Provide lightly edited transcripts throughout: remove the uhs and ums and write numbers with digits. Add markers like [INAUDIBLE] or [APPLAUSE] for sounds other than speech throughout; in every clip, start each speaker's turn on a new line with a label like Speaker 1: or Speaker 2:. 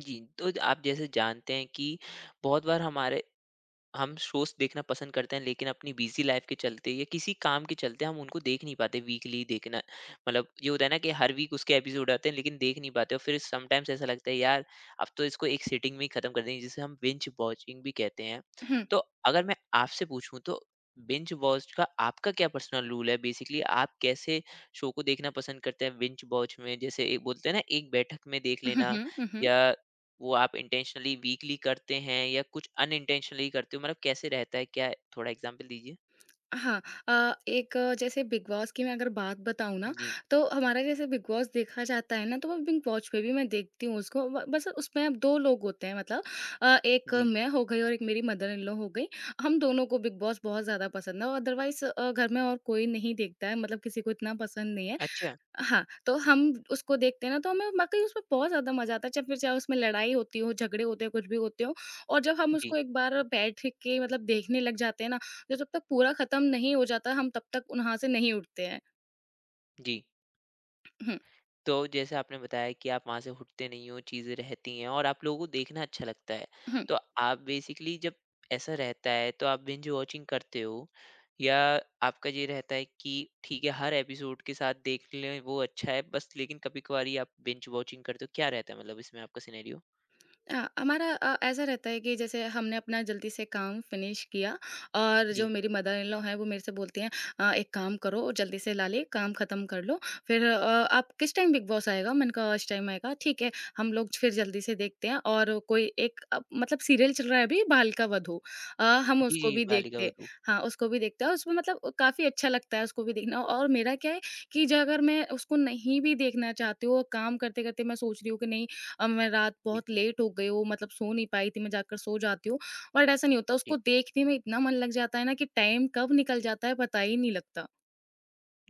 Speaker 1: जी, तो आप जैसे जानते हैं कि बहुत बार हमारे हम शोज़ देखना पसंद करते हैं, लेकिन अपनी बिज़ी लाइफ़ के चलते या किसी काम के चलते हम उनको देख नहीं पाते। वीकली देखना मतलब ये होता है ना कि हर वीक उसके एपिसोड आते हैं लेकिन देख नहीं पाते, और फिर समटाइम्स ऐसा लगता है यार अब तो इसको एक सीटिंग में ही ख़त्म कर देंगे, जिसे हम बिंज वॉचिंग भी कहते हैं।
Speaker 2: हुँ।
Speaker 1: तो अगर मैं आपसे पूछूँ तो बिंज वॉच का आपका क्या पर्सनल रूल है? बेसिकली आप कैसे शो को देखना पसंद करते हैं बिंज वॉच में? जैसे एक बोलते हैं ना, एक बैठक में देख
Speaker 2: हुँ,
Speaker 1: लेना,
Speaker 2: हुँ, हुँ, हुँ।
Speaker 1: या वो आप इंटेंशनली वीकली करते हैं या कुछ अनइंटेंशनली करते हो? मतलब कैसे रहता है? क्या थोड़ा एग्ज़ाम्पल दीजिए?
Speaker 2: हाँ, एक जैसे बिग बॉस की मैं अगर बात बताऊँ ना,
Speaker 1: जी,
Speaker 2: तो हमारा जैसे बिग बॉस देखा जाता है ना, तो वो बिग बॉस पे भी मैं देखती हूँ उसको ब बस उसमें अब 2 लोग होते हैं मतलब एक
Speaker 1: जी।
Speaker 2: मैं हो गई और एक मेरी मदर इन लॉ हो गई। हम दोनों को बिग बॉस बहुत ज़्यादा पसंद है और अदरवाइज़ घर में और कोई नहीं देखता है मतलब किसी को इतना पसंद नहीं है।
Speaker 1: अच्छा,
Speaker 2: हाँ, तो हम उसको देखते हैं ना तो हमें वाक़ई उसमें बहुत ज़्यादा मज़ा आता है, चाहे फिर चाहे उसमें लड़ाई होती हो, झगड़े होते हो, कुछ भी होते हो और जब हम
Speaker 1: जी,
Speaker 2: उसको एक बार बैठ के मतलब देखने लग जाते हैं ना, तो जब तक पूरा खत्म नहीं हो जाता, हम तब तक वहाँ से नहीं उठते हैं।
Speaker 1: जी।
Speaker 2: हुँ,
Speaker 1: तो जैसे आपने बताया कि आप वहाँ से उठते नहीं हो, चीज़ें रहती हैं और आप लोगों को देखना अच्छा लगता है।
Speaker 2: हुँ।
Speaker 1: तो आप बेसिकली जब ऐसा रहता है तो आप बिंज वॉचिंग करते हो, या आपका ये रहता है कि ठीक है हर एपिसोड के साथ देख लें वो अच्छा है बस, लेकिन कभी-कभारी आप बिंज वॉचिंग करते हो? क्या रहता है मतलब इसमें आपका सिनेरियो?
Speaker 2: हमारा ऐसा रहता है कि जैसे हमने अपना जल्दी से काम फिनिश किया और
Speaker 1: जी।
Speaker 2: जो मेरी मदर इन लॉ हैं वो मेरे से बोलती हैं, एक काम करो जल्दी से लाले काम खत्म कर लो फिर आप किस टाइम बिग बॉस आएगा?" मैंने कहा, "इस टाइम आएगा।" "ठीक है, हम लोग फिर जल्दी से देखते हैं।" और कोई एक मतलब सीरियल चल रहा है अभी बाल का वधू। हम
Speaker 1: जी, जी,
Speaker 2: उसको भी
Speaker 1: बालिका
Speaker 2: देखते
Speaker 1: वधू।
Speaker 2: हाँ, उसको भी देखते हैं और उसमें मतलब काफ़ी अच्छा लगता है उसको भी देखना और मेरा क्या है कि जो अगर मैं उसको नहीं भी देखना चाहती हूँ और काम करते-करते मैं सोच रही हूँ कि नहीं अब मैं रात
Speaker 1: जी, जी।
Speaker 2: बहुत लेट हो गई हूँ, मतलब सो नहीं पाई थी, मैं जाकर सो जाती हूँ। बट ऐसा नहीं होता, उसको देखने में इतना मन लग जाता है ना कि टाइम कब निकल जाता है पता ही नहीं लगता।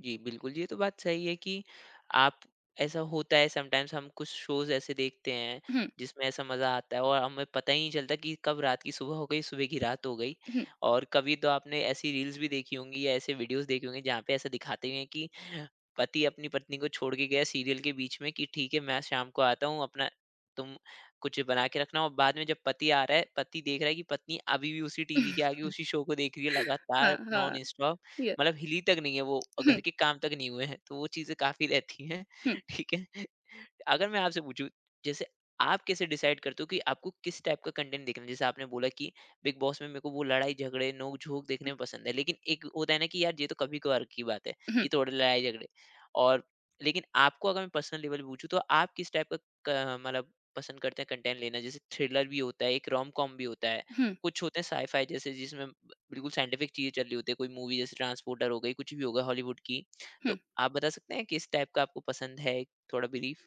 Speaker 1: जी, बिल्कुल, ये तो बात सही है कि आप, ऐसा होता है समटाइम्स हम कुछ शोज़ ऐसे देखते हैं,
Speaker 2: हुँ,
Speaker 1: जिसमें ऐसा मज़ा आता है और हमें पता ही नहीं चलता कि कब रात की सुबह हो गई, सुबह की रात हो गई।
Speaker 2: हुँ,
Speaker 1: और कभी तो आपने ऐसी रील्स भी देखी होंगी या ऐसे वीडियोज़ देखे होंगे, जहाँ पे ऐसा दिखाते हुए हैं कि पति अपनी पत्नी को छोड़ के गया सीरियल के बीच में कि ठीक है, मैं शाम को आता हूँ, अपना तुम कुछ बना के रखना। और बाद में जब पति आ रहा है, पति देख रहा है कि पत्नी अभी भी उसी टीवी के
Speaker 2: [LAUGHS]
Speaker 1: आगे उसी शो को देख रही है लगातार
Speaker 2: हाँ, हाँ।
Speaker 1: नॉन-स्टॉप।
Speaker 2: ये
Speaker 1: मतलब हिली तक नहीं है वो, घर
Speaker 2: हुँ,
Speaker 1: के काम तक नहीं हुए हैं, तो वो चीज़ें काफ़ी रहती हैं।
Speaker 2: हुँ,
Speaker 1: [LAUGHS] ठीक है। अगर मैं आपसे पूछूँ, जैसे आप कैसे डिसाइड करते हो कि आपको किस टाइप का कंटेंट देखना है? जैसे आपने बोला कि बिग बॉस में मेरे को वो लड़ाई झगड़े, नोक-झोंक देखने में पसंद है, लेकिन एक होता है ना कि यार ये तो कभी-कभार की बात है,
Speaker 2: हुँ,
Speaker 1: कि थोड़े लड़ाई झगड़े, और लेकिन आपको अगर मैं पर्सनल लेवल पे पूछूँ, तो आप किस टाइप का क मतलब पसंद करते हैं कंटेंट लेना? जैसे थ्रिलर भी होता है, एक रोम-कॉम भी होता है,
Speaker 2: हुँ,
Speaker 1: कुछ होते हैं साई-फाई जैसे, जिसमें बिल्कुल साइंटिफिक चीज़ें चल रही होती है, कोई मूवी जैसे ट्रांसपोर्टर हो गई, कुछ भी होगा हॉलीवुड की।
Speaker 2: हुँ।
Speaker 1: तो आप बता सकते हैं किस टाइप का आपको पसंद है, थोड़ा ब्रीफ?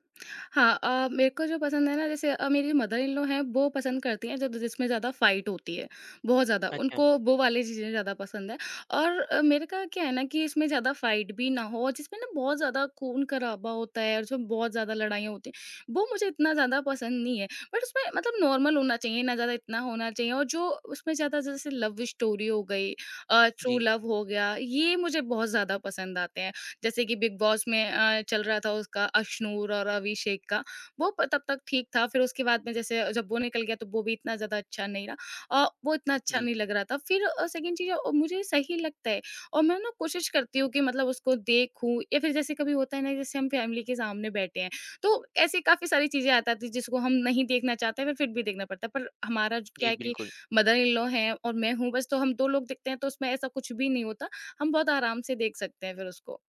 Speaker 2: हाँ, मेरे को जो पसंद है ना जैसे मेरी मदर इन लॉ हैं वो पसंद करती हैं जब जिसमें ज़्यादा फाइट होती है, बहुत ज़्यादा,
Speaker 1: अच्छा।
Speaker 2: उनको वो वाली चीज़ें ज़्यादा पसंद है और मेरे का क्या है ना कि इसमें ज़्यादा फाइट भी ना हो और जिसमें ना बहुत ज़्यादा खून-खराबा होता है और उसमें बहुत ज़्यादा लड़ाइयाँ होती हैं, वो मुझे इतना ज़्यादा पसंद नहीं है। बट उसमें मतलब नॉर्मल होना चाहिए, ना ज़्यादा इतना होना चाहिए और जो उसमें ज़्यादा जैसे लव स्टोरी हो गई, ट्रू
Speaker 1: जी,
Speaker 2: लव हो गया, ये मुझे बहुत ज़्यादा पसंद आते हैं। जैसे कि बिग बॉस में चल रहा था उसका अश्नूर और अभिषेक का, वो प तब तक ठीक था, फिर उसके बाद में जैसे जब वो निकल गया तो वो भी इतना ज़्यादा अच्छा नहीं रहा। वो इतना अच्छा
Speaker 1: जी,
Speaker 2: नहीं लग रहा था। फिर सेकंड चीज़ मुझे सही लगता है और मैं ना कोशिश करती हूँ कि मतलब उसको देखूँ या फिर जैसे कभी होता है ना जैसे हम फैमिली के सामने बैठे हैं, तो ऐसी काफ़ी सारी चीज़ें आ जाती हैं जिसको हम नहीं देखना चाहते हैं पर फिर भी देखना पड़ता है। पर हमारा ज क्या
Speaker 1: जी,
Speaker 2: है कि
Speaker 1: बिल्कुल।
Speaker 2: मदर इन लॉ हैं और मैं हूँ बस, तो हम 2 लोग देखते हैं तो उसमें ऐसा कुछ भी नहीं होता। हम बहुत आराम से देख सकते हैं फिर उसको।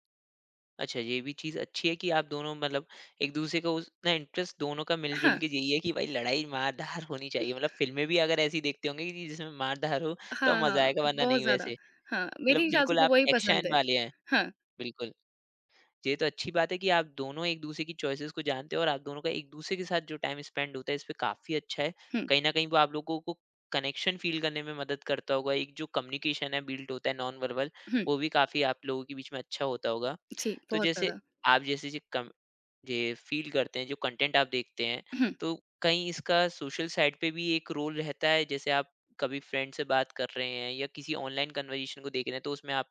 Speaker 1: अच्छा, ये भी चीज़ अच्छी है कि आप दोनों मतलब एक-दूसरे को उतना इंटरेस्ट, दोनों का मिल-जुल
Speaker 2: हाँ,
Speaker 1: के यही है कि भाई लड़ाई मार-धार होनी चाहिए। मतलब फ़िल्में भी अगर ऐसी देखते होंगे कि जिसमें मार-धार हो तो
Speaker 2: हाँ,
Speaker 1: मज़ा
Speaker 2: हाँ,
Speaker 1: आएगा, वरना
Speaker 2: बहुत
Speaker 1: नहीं वैसे।
Speaker 2: ज़्यादा। हाँ,
Speaker 1: मतलब
Speaker 2: मेरी सासू
Speaker 1: बिल्कुल
Speaker 2: को
Speaker 1: आप
Speaker 2: वही पसंद
Speaker 1: एक्शन
Speaker 2: है।
Speaker 1: वाले हैं।
Speaker 2: हाँ,
Speaker 1: बिल्कुल। ये तो अच्छी बात है कि आप दोनों एक-दूसरे की चॉइसेस को जानते हो, और आप दोनों का एक-दूसरे के साथ जो टाइम स्पेंड होता है, इस पे काफ़ी अच्छा है।
Speaker 2: हुँ,
Speaker 1: कहीं न कहीं वो आप लोगों को कनेक्शन फ़ील करने में मदद करता होगा। एक जो कम्युनिकेशन है, बिल्ड होता है नॉन वर्बल,
Speaker 2: हुँ,
Speaker 1: वो भी काफ़ी आप लोगों के बीच में अच्छा होता होगा।
Speaker 2: जी,
Speaker 1: तो
Speaker 2: बहुत
Speaker 1: जैसे
Speaker 2: ज़्यादा।
Speaker 1: आप जैसे जी कम ये फील करते हैं, जो कंटेंट आप देखते हैं,
Speaker 2: हुँ।
Speaker 1: तो कहीं इसका सोशल साइड पे भी एक रोल रहता है? जैसे आप कभी फ्रेंड से बात कर रहे हैं या किसी ऑनलाइन कन्वर्सेशन को देख रहे हैं, तो उसमें आप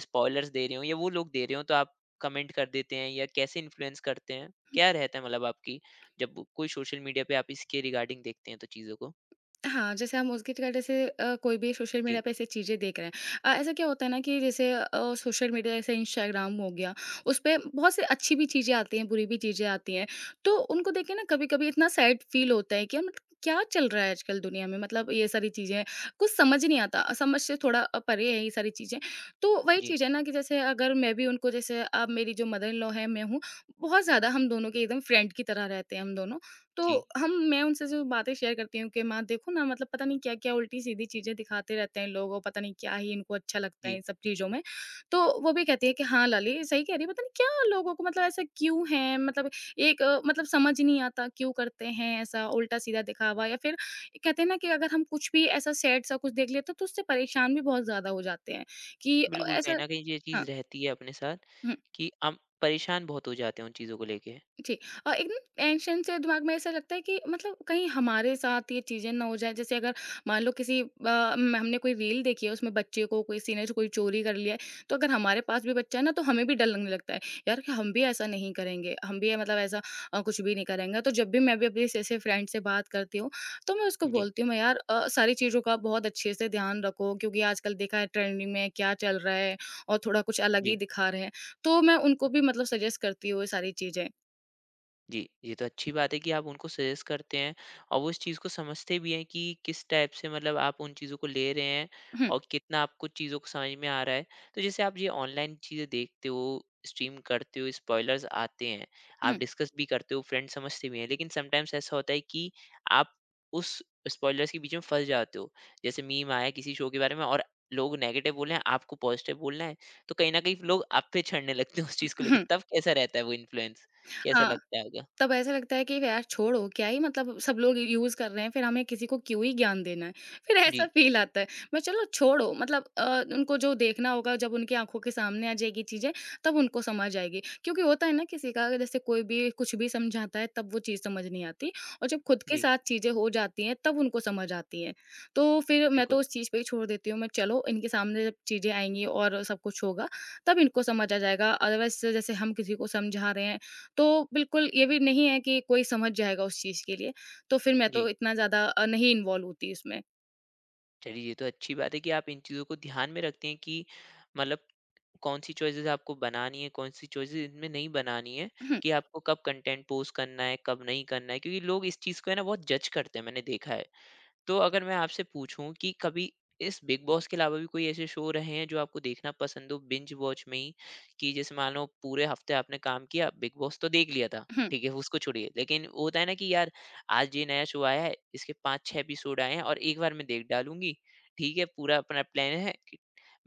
Speaker 1: स्पॉयलर्स दे रहे हो, या वो लोग दे रहे हों, तो आप कमेंट कर देते हैं, या कैसे इन्फ्लुएंस करते हैं? क्या रहता है मतलब आपकी, जब वो कोई सोशल मीडिया पे आप इसके रिगार्डिंग देखते हैं तो चीज़ों को?
Speaker 2: हाँ, जैसे हम उसकी तरह जैसे कोई भी सोशल
Speaker 1: जी,
Speaker 2: मीडिया पे ऐसी चीज़ें देख रहे हैं। ऐसा क्या होता है ना कि जैसे सोशल मीडिया जैसे इंस्टाग्राम हो गया, उसपे बहुत सी अच्छी भी चीज़ें आती हैं, बुरी भी चीज़ें आती हैं। तो उनको देख के ना कभी-कभी इतना सैड फ़ील होता है कि मतलब क्या चल रहा है आजकल दुनिया में? मतलब ये सारी चीज़ें, कुछ समझ नहीं आता। समझ से थोड़ा परे है ये सारी चीज़ें। तो वही
Speaker 1: जी,
Speaker 2: चीज़ है ना कि जैसे अगर मैं भी उनको जैसे अब मेरी जो मदर इन लॉ है, मैं हूँ, बहुत ज़्यादा हम दोनों के एकदम फ्रेंड की तरह रहते हैं हम दोनों। तो
Speaker 1: जी,
Speaker 2: हम मैं उनसे जो बातें शेयर करती हूँ कि माँ देखो ना मतलब पता नहीं क्या-क्या उल्टी-सीधी चीज़ें दिखाते रहते हैं लोग और पता नहीं क्या ही इनको अच्छा लगता है
Speaker 1: जी।
Speaker 2: इन सब चीज़ों में। तो वो भी कहती है कि हाँ, लाली सही कह रही है पता नहीं क्या लोगों को मतलब ऐसा क्यों है मतलब एक मतलब समझ नहीं आता क्यों करते हैं ऐसा उल्टा-सीधा दिखावा या फिर कहते हैं ना कि अगर हम कुछ भी ऐसा सैड सा कुछ देख लेते हैं तो उससे परेशान भी बहुत ज़्यादा हो जाते हैं कि
Speaker 1: बिल्कुल, कहीं
Speaker 2: ऐसा।
Speaker 1: न कहीं ये चीज़
Speaker 2: हाँ।
Speaker 1: रहती है अपने साथ, कि हम परेशान बहुत हो जाते हैं उन चीज़ों को लेके।
Speaker 2: जी और एकदम टेंशन से दिमाग में ऐसा लगता है कि मतलब कहीं हमारे साथ ये चीज़ें ना हो जाए जैसे अगर मान लो किसी हमने कोई रील देखी है उसमें बच्चे को किसी ने कोई चोरी कर लिया है तो अगर हमारे पास भी बच्चा है ना तो हमें भी डर लगने लगता है यार कि हम भी ऐसा नहीं करेंगे हम भी मतलब ऐसा कुछ भी नहीं करेंगे तो जब भी मैं भी अपने ऐसे फ्रेंड से बात करती हूँ तो मैं उसको
Speaker 1: जी,
Speaker 2: बोलती हूँ मैं यार सारी चीज़ों का बहुत अच्छे से ध्यान रखो क्योंकि आजकल देखा है ट्रेंडिंग में क्या चल रहा है और थोड़ा कुछ अलग
Speaker 1: जी।
Speaker 2: ही दिखा रहे हैं तो मैं उनको भी मतलब सजेस्ट करती हूँ ये सारी चीज़ें।
Speaker 1: जी, ये तो अच्छी बात है कि आप उनको सजेस्ट करते हैं, और वो इस चीज़ को समझते भी हैं कि किस टाइप से मतलब आप उन चीज़ों को ले रहे हैं, और कितना आपको चीज़ों को समझ में आ रहा है। तो जैसे आप ये ऑनलाइन चीज़ें देखते हो, स्ट्रीम करते हो, स्पॉयलर्स आते हैं, आप
Speaker 2: हुँ,
Speaker 1: डिस्कस भी करते हो, फ्रेंड समझते भी हैं, लेकिन समटाइम्स ऐसा होता है कि आप उस स्पॉयलर्स के बीच में फँस जाते हो। जैसे मीम आया किसी शो के बारे में, और लोग नेगेटिव बोल रहे हैं, आपको पॉज़िटिव बोलना है, तो कहीं न कहीं लोग आप पे चढ़ने लगते हैं उस चीज़ को लेके,
Speaker 2: हुँ।
Speaker 1: तब कैसा रहता है वो इन्फ्लुएंस? कैसा
Speaker 2: हाँ,
Speaker 1: लगता है आपको?
Speaker 2: तब ऐसा लगता है कि यार छोड़ो क्या ही मतलब सब लोग यूज़ कर रहे हैं, फिर हमें किसी को क्यों ही ज्ञान देना है। फिर ऐसा
Speaker 1: जी,
Speaker 2: फ़ील आता है। मैं चलो छोड़ो मतलब उनको जो देखना होगा जब उनकी आँखों के सामने आ जाएगी चीज़ें, तब उनको समझ आएगी। क्योंकि होता है ना किसी का अगर जैसे कोई भी कुछ भी समझाता है तब वो चीज़ समझ नहीं आती और जब खुद के
Speaker 1: जी,
Speaker 2: साथ चीज़ें हो जाती हैं तब उनको समझ आती हैं। तो फिर मैं
Speaker 1: बिल्कुल।
Speaker 2: तो उस चीज़ पे ही छोड़ देती हूँ मैं चलो इनके सामने जब चीज़ें आएँगी और सब कुछ होगा, तब इनको समझ आ जाएगा। अदरवाइज़ जैसे हम किसी को समझा रहे हैं तो बिल्कुल ये भी नहीं है कि कोई समझ जाएगा उस चीज़ के लिए, तो फिर मैं
Speaker 1: जी,
Speaker 2: तो इतना ज़्यादा नहीं इन्वॉल्व होती इसमें।
Speaker 1: चलिए ये तो अच्छी बात है कि आप इन चीज़ों को ध्यान में रखते हैं कि मतलब कौन-सी चॉइसेस आपको बनानी है, कौन-सी चॉइसेस इनमें नहीं बनानी है,
Speaker 2: हुँ,
Speaker 1: कि आपको कब कंटेंट पोस्ट करना है, कब नहीं करना है। क्योंकि लोग इस चीज़ को है ना बहुत जज करते हैं, मैंने देखा है। तो अगर मैं आपसे पूछूं कि कभी इस बिग बॉस के अलावा भी कोई ऐसे शो रहे हैं जो आपको देखना पसंद हो बिंज वॉच में ही, कि जैसे मान लो पूरे हफ्ते आपने काम किया, बिग बॉस तो देख लिया था,
Speaker 2: हुँ,
Speaker 1: ठीक है उसको छोड़िए, लेकिन वो होता है ना कि यार आज ये नया शो आया है, इसके पांच छह एपिसोड आए हैं और एक बार मैं देख डालूंगी। ठीक है पूरा अपना प्लान है कि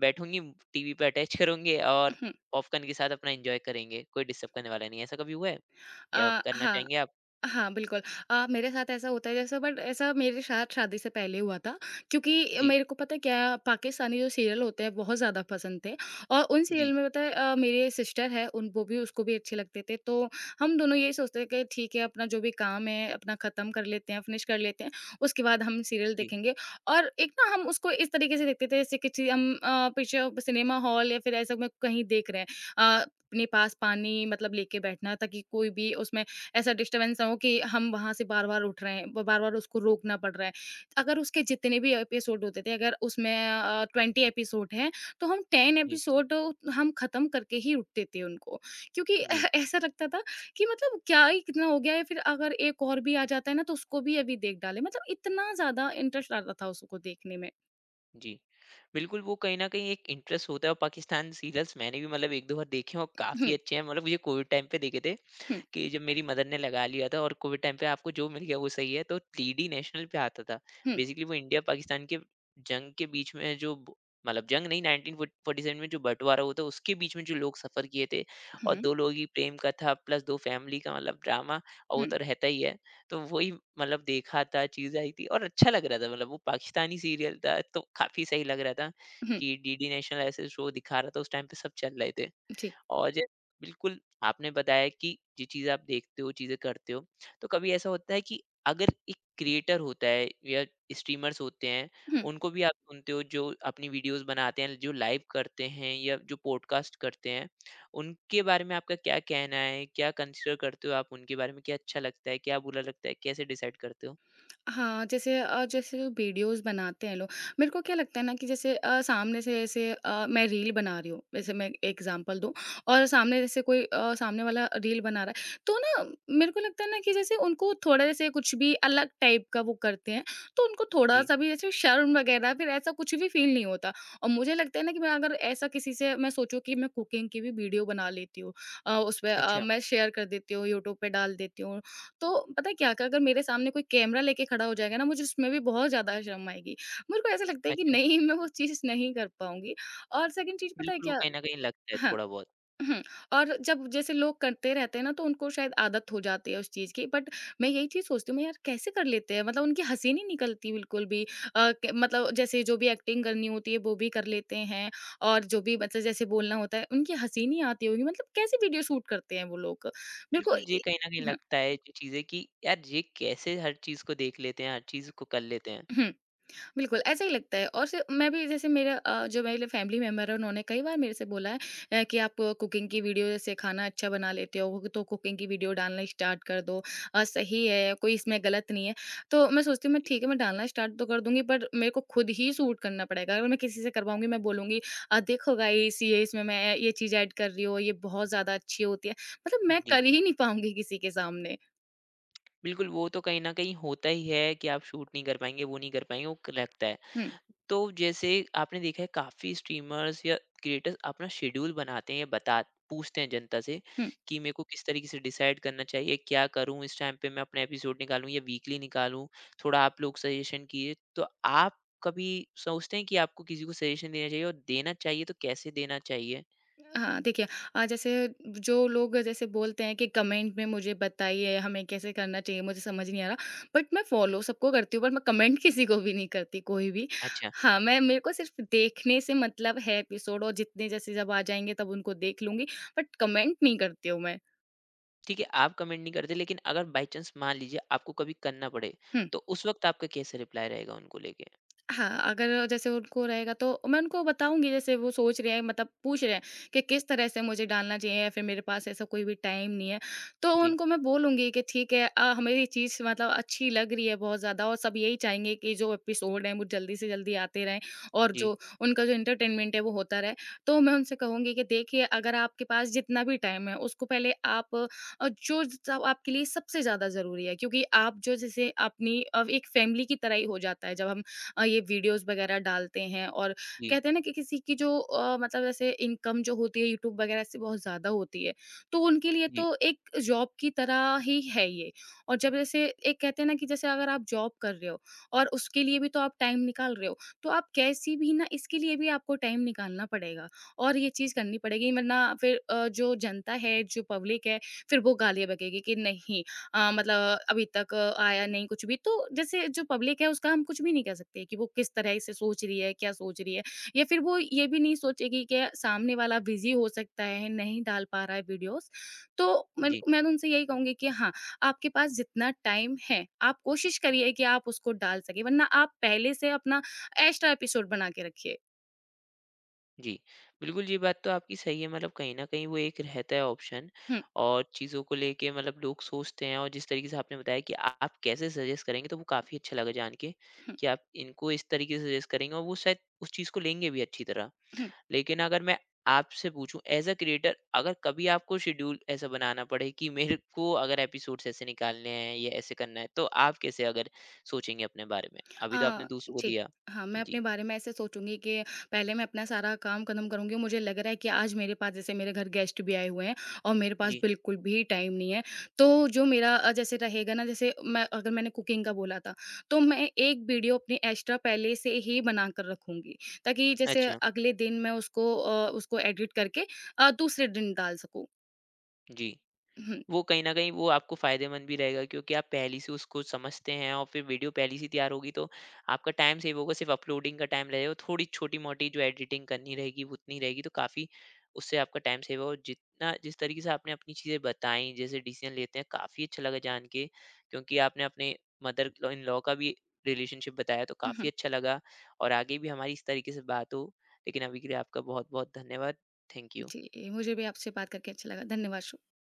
Speaker 1: बैठूंगी, टीवी पे अटैच [LAUGHS] करूंगी, और
Speaker 2: हुँ।
Speaker 1: पॉपकॉर्न के साथ अपना एंजॉय करेंगे, कोई डिस्टर्ब करने वाला नहीं है। ऐसा कभी हुआ है, या करना
Speaker 2: हाँ।
Speaker 1: चाहेंगे आप?
Speaker 2: हाँ, बिल्कुल। मेरे साथ ऐसा होता है जैसे बट ऐसा मेरे साथ शादी से पहले हुआ था क्योंकि
Speaker 1: जी,
Speaker 2: मेरे को पता है क्या पाकिस्तानी जो सीरियल होते हैं बहुत ज़्यादा पसंद थे और उन
Speaker 1: जी,
Speaker 2: सीरियल में पता है मेरी सिस्टर है उन वो भी उसको भी अच्छे लगते थे। तो हम दोनों यही सोचते थे कि ठीक है अपना जो भी काम है अपना ख़त्म कर लेते हैं, फिनिश कर लेते हैं, उसके बाद हम सीरियल
Speaker 1: जी,
Speaker 2: देखेंगे। और एक ना हम उसको इस तरीके से देखते थे जैसे किसी हम पीछे सिनेमा हॉल या फिर ऐसा में कहीं देख रहे हैं। अ, अपने पास पानी मतलब लेके बैठना ताकि कोई भी उसमें ऐसा डिस्टर्बेंस ना हो कि हम वहाँ से बार-बार उठ रहे हैं, बार-बार उसको रोकना पड़ रहा है। अगर उसके जितने भी एपिसोड होते थे, अगर उसमें 20 एपिसोड हैं, तो हम 10
Speaker 1: जी,
Speaker 2: एपिसोड हम खत्म करके ही उठते थे उनको। क्योंकि एह
Speaker 1: जी,
Speaker 2: ऐसा लगता था कि मतलब क्या ही कितना हो गया है, फिर अगर एक और भी आ जाता है ना, तो उसको भी अभी देख डालें। मतलब इतना ज़्यादा इंटरेस्ट आता था उसको देखने में।
Speaker 1: जी। बिल्कुल, वो कहीं न कहीं एक इंटरेस्ट होता है, और पाकिस्तान सीरियल्स मैंने भी मतलब 1-2 बार देखे हैं और काफ़ी
Speaker 2: हुँ,
Speaker 1: अच्छे हैं। मतलब मुझे कोविड टाइम पे देखे थे।
Speaker 2: हुँ,
Speaker 1: कि जब मेरी मदर ने लगा लिया था, और कोविड टाइम पे आपको जो मिल गया वो सही है, तो टीडी नेशनल पे आता था।
Speaker 2: हुँ,
Speaker 1: बेसिकली वो इंडिया-पाकिस्तान के जंग के बीच में जो ब मतलब जंग नहीं, 1947 में जो बँटवारा हुआ था, उसके बीच में जो लोग सफ़र किए थे, और
Speaker 2: हुँ,
Speaker 1: 2 लोगों की प्रेम कथा प्लस 2 फैमिली का मतलब ड्रामा, और वो
Speaker 2: हुँ,
Speaker 1: तो रहता ही है। तो वही मतलब देखा था, चीज़ आई थी और अच्छा लग रहा था, मतलब वो पाकिस्तानी सीरियल था, तो काफ़ी सही लग रहा था
Speaker 2: हुँ, हुँ,
Speaker 1: कि डीडी नेशनल ऐसे शो दिखा रहा था, उस टाइम पे सब चल रहे थे।
Speaker 2: जी,
Speaker 1: और जै बिल्कुल आपने बताया कि ये चीज़ें आप देखते हो, चीज़ें करते हो, तो कभी ऐसा होता है कि अगर एक क्रिएटर होता है या स्ट्रीमर्स होते हैं,
Speaker 2: हुँ।
Speaker 1: उनको भी आप सुनते हो जो अपनी वीडियोज़ बनाते हैं, जो लाइव करते हैं या जो पॉडकास्ट करते हैं, उनके बारे में आपका क्या कहना है? क्या कंसीडर करते हो आप उनके बारे में? क्या अच्छा लगता है, क्या बुरा लगता है? कैसे डिसाइड करते हो?
Speaker 2: हाँ, जैसे जैसे वीडियोज़ बनाते हैं लोग, मेरे को क्या लगता है ना कि जैसे सामने से जैसे मैं रील बना रही हूँ, वैसे मैं एग्ज़ाम्पल दूँ और सामने जैसे कोई सामने वाला रील बना रहा है, तो ना मेरे को लगता है ना कि जैसे उनको थोड़ा जैसे कुछ भी अलग टाइप का वो करते हैं, तो उनको
Speaker 1: जी,
Speaker 2: थोड़ा-सा भी जैसे शर्म वग़ैरह फिर ऐसा कुछ भी फ़ील नहीं होता और मुझे लगता है ना कि मैं अगर ऐसा किसी से मैं सोचूँ कि मैं कुकिंग की भी वीडियो बना लेती हूँ, उसमें
Speaker 1: अच्छा,
Speaker 2: मैं शेयर कर देती हूँ, यूट्यूब पे डाल देती हूँ तो पता है क्या कि अगर मेरे सामने कोई कैमरा लेके खड़ा हो जाएगा ना, मुझे उसमें भी बहुत ज़्यादा शर्म आएगी। मेरे को ऐसा लगता है कि
Speaker 1: अच्छा।
Speaker 2: नहीं, मैं वो चीज़ नहीं कर पाऊँगी और सेकंड चीज़ पता है
Speaker 1: बिल्कुल, वो
Speaker 2: क्या।
Speaker 1: कहीं न कहीं लगता है
Speaker 2: हाँ।
Speaker 1: थोड़ा बहुत।
Speaker 2: हम्म, और जब जैसे लोग करते रहते हैं ना, तो उनको शायद आदत हो जाती है उस चीज़ की। बट मैं यही चीज़ सोचती हूँ, मैं यार कैसे कर लेते हैं? मतलब उनकी हँसी नहीं निकलती बिल्कुल भी। क मतलब जैसे जो भी एक्टिंग करनी होती है, वो भी कर लेते हैं और जो भी मतलब जैसे बोलना होता है, उनकी हँसी नहीं आती होगी। मतलब कैसे वीडियो शूट करते हैं वो लोग? मेरे को
Speaker 1: बिल्कुल, ये
Speaker 2: ये
Speaker 1: कहीं न कहीं
Speaker 2: हाँ।
Speaker 1: लगता है जो चीज़ें कि यार ये कैसे हर चीज़ को देख लेते हैं, हर चीज़ को कर लेते हैं।
Speaker 2: हम्म, बिल्कुल, ऐसा ही लगता है। और स मैं भी जैसे मेरा जो मेरे फैमिली मेंबर है उन्होंने कई बार मेरे से बोला है कि आप कुकिंग की वीडियो जैसे खाना अच्छा बना लेते हो, तो कुकिंग की वीडियो डालना स्टार्ट कर दो। सही है, कोई इसमें गलत नहीं है। तो मैं सोचती हूँ, मैं ठीक है मैं डालना स्टार्ट तो कर दूँगी, पर मेरे को खुद ही शूट करना पड़ेगा। अगर मैं किसी से करवाऊँगी मैं बोलूँगी देखो गाइस, ये इसमें मैं ये चीज़ ऐड कर रही हूँ, ये बहुत ज़्यादा अच्छी होती है। मतलब मैं
Speaker 1: जी,
Speaker 2: कर ही नहीं पाऊँगी किसी के सामने।
Speaker 1: बिल्कुल वो तो कहीं न कहीं होता ही है कि आप शूट नहीं कर पाएँगे, वो नहीं कर पाएँगे, वो क लगता है।
Speaker 2: हुँ, हुँ।
Speaker 1: तो जैसे आपने देखा है काफी स्ट्रीमर्स या क्रिएटर्स अपना शेड्यूल बनाते हैं या बता पूछते हैं जनता से कि मेरे को किस तरीके से डिसाइड करना चाहिए, क्या करूं इस टाइम पे, मैं अपना एपिसोड निकालूं या वीकली निकालूं, थोड़ा आप लोग सजेशन किए, तो आप कभी सोचते हैं कि आपको किसी को सजेशन देना चाहिए, और देना चाहिए तो कैसे देना चाहिए?
Speaker 2: हाँ, देखिए, जैसे जो लोग जैसे बोलते हैं कि कमेंट में मुझे बताइए हमें कैसे करना चाहिए, मुझे समझ नहीं आ रहा। बट मैं फॉलो सबको करती हूँ, पर मैं कमेंट [LAUGHS] किसी को भी नहीं करती, कोई भी।
Speaker 1: अच्छा।
Speaker 2: हाँ, मैं मेरे को सिर्फ़ देखने से मतलब है एपिसोड, और जितने जैसे जब आ जाएँगे तब उनको देख लूँगी, बट कमेंट नहीं करती हूँ मैं।
Speaker 1: ठीक है आप कमेंट नहीं करते, लेकिन अगर बाई चांस मान लीजिए आपको कभी करना पड़े,
Speaker 2: हुँ।
Speaker 1: तो उस वक्त आपका कैसे रिप्लाई रहेगा उनको लेके?
Speaker 2: हाँ, अगर जैसे उनको रहेगा तो मैं उनको बताऊँगी जैसे वो सोच रहे हैं मतलब पूछ रहे हैं कि किस तरह से मुझे डालना चाहिए या फिर मेरे पास ऐसा कोई भी टाइम नहीं है। तो
Speaker 1: जी,
Speaker 2: उनको मैं बोलूँगी कि ठीक है, हमें ये चीज़ मतलब अच्छी लग रही है बहुत ज़्यादा और सब यही चाहेंगे कि जो एपिसोड हैं वो जल्दी से जल्दी आते रहें और
Speaker 1: जी,
Speaker 2: जो उनका जो एंटरटेनमेंट है वो होता रहे। तो मैं उनसे कहूँगी कि देखिए अगर आपके पास जितना भी टाइम है उसको पहले आप, जो सब आपके लिए सबसे ज़्यादा ज़रूरी है, क्योंकि आप जो जैसे अपनी एक फैमिली की तरह ही हो जाता है जब हम ये वीडियोज़ वगैरह डालते हैं और
Speaker 1: जी,
Speaker 2: कहते हैं ना कि किसी की जो मतलब ऐसे इनकम जो होती है यूट्यूब वगैरह से बहुत ज़्यादा होती है, तो उनके लिए
Speaker 1: जी,
Speaker 2: तो एक जॉब की तरह ही है ये। और जब जैसे एक कहते हैं ना कि जैसे अगर आप जॉब कर रहे हो और उसके लिए भी तो आप टाइम निकाल रहे हो, तो आप कैसी भी ना इसके लिए भी आपको टाइम निकालना पड़ेगा और ये चीज़ करनी पड़ेगी, वरना फिर जो जनता है, जो पब्लिक है, फिर वो गालियाँ बकेगी कि नहीं मतलब अभी तक आया नहीं कुछ भी। तो जैसे जो पब्लिक है उसका हम कुछ भी नहीं कह सकते कि वो किस तरह से सोच रही है, क्या सोच रही है, या फिर वो ये भी नहीं सोचेगी कि सामने वाला बिज़ी हो सकता है, नहीं डाल पा रहा है वीडियोज़। तो मैं
Speaker 1: जी।
Speaker 2: मैं तो उनसे यही कहूँगी कि हाँ, आपके पास जितना टाइम है, आप कोशिश करिए कि आप उसको डाल सकें, वरना आप पहले से अपना एक्स्ट्रा एपिसोड बना के रखिए।
Speaker 1: जी, बिल्कुल ये बात तो आपकी सही है, मतलब कहीं न कहीं वो एक रहता है ऑप्शन,
Speaker 2: हुँ,
Speaker 1: और चीज़ों को लेके मतलब लोग सोचते हैं, और जिस तरीके से आपने बताया कि आप कैसे सजेस्ट करेंगे, तो वो काफ़ी अच्छा लगा जान के,
Speaker 2: हुँ,
Speaker 1: कि आप इनको इस तरीके से सजेस्ट करेंगे और वो शायद उस चीज़ को लेंगे भी अच्छी तरह।
Speaker 2: हुँ।
Speaker 1: लेकिन अगर मैं आपसे पूछूँ एज़ अ क्रिएटर, अगर कभी आपको शेड्यूल ऐसा बनाना पड़े कि मेरे को अगर एपिसोड्स ऐसे निकालने हैं या ऐसे करना है, तो आप कैसे अगर सोचेंगे अपने बारे में? अभी तो आपने
Speaker 2: अ,
Speaker 1: दूसरों को
Speaker 2: जी।
Speaker 1: दिया।
Speaker 2: हाँ, मैं
Speaker 1: जी,
Speaker 2: अपने बारे में ऐसे सोचूँगी कि पहले मैं अपना सारा काम खत्म करूँगी। मुझे लग रहा है कि आज मेरे पास जैसे मेरे घर गेस्ट भी आए हुए हैं और मेरे पास
Speaker 1: जी।
Speaker 2: बिल्कुल भी टाइम नहीं है। तो जो मेरा जैसे रहेगा ना, जैसे मैं अगर मैंने कुकिंग का बोला था, तो मैं एक वीडियो अपनी एक्स्ट्रा पहले से ही बनाकर रखूँगी। ताकि जैसे
Speaker 1: अच्छा,
Speaker 2: अगले दिन मैं उसको उसको एडिट करके दूसरे दिन डाल सकूँ।
Speaker 1: जी।
Speaker 2: हुँ,
Speaker 1: वो कहीं न कहीं वो आपको फ़ायदेमंद भी रहेगा, क्योंकि आप पहले से उसको समझते हैं, और फिर वीडियो पहले से तैयार होगी तो आपका टाइम सेव होगा, सिर्फ़ अपलोडिंग का टाइम लगेगा। थोड़ी छोटी-मोटी जो एडिटिंग करनी रहेगी वो उतनी रहेगी, तो काफ़ी उससे आपका टाइम सेव होगा। और जितना जिस तरीके से आपने अपनी चीज़ें बताई, जैसे डिसीज़न लेते हैं, काफ़ी अच्छा लगा जान के, क्योंकि आपने अपने मदर लॉ इन लॉ का भी रिलेशनशिप बताया तो
Speaker 2: हुँ।
Speaker 1: काफ़ी अच्छा लगा, और आगे भी हमारी इस तरीके से बात हो। लेकिन अभी के लिए आपका बहुत-बहुत धन्यवाद। Thank you.
Speaker 2: जी, मुझे भी आपसे बात करके अच्छा लगा। धन्यवाद शु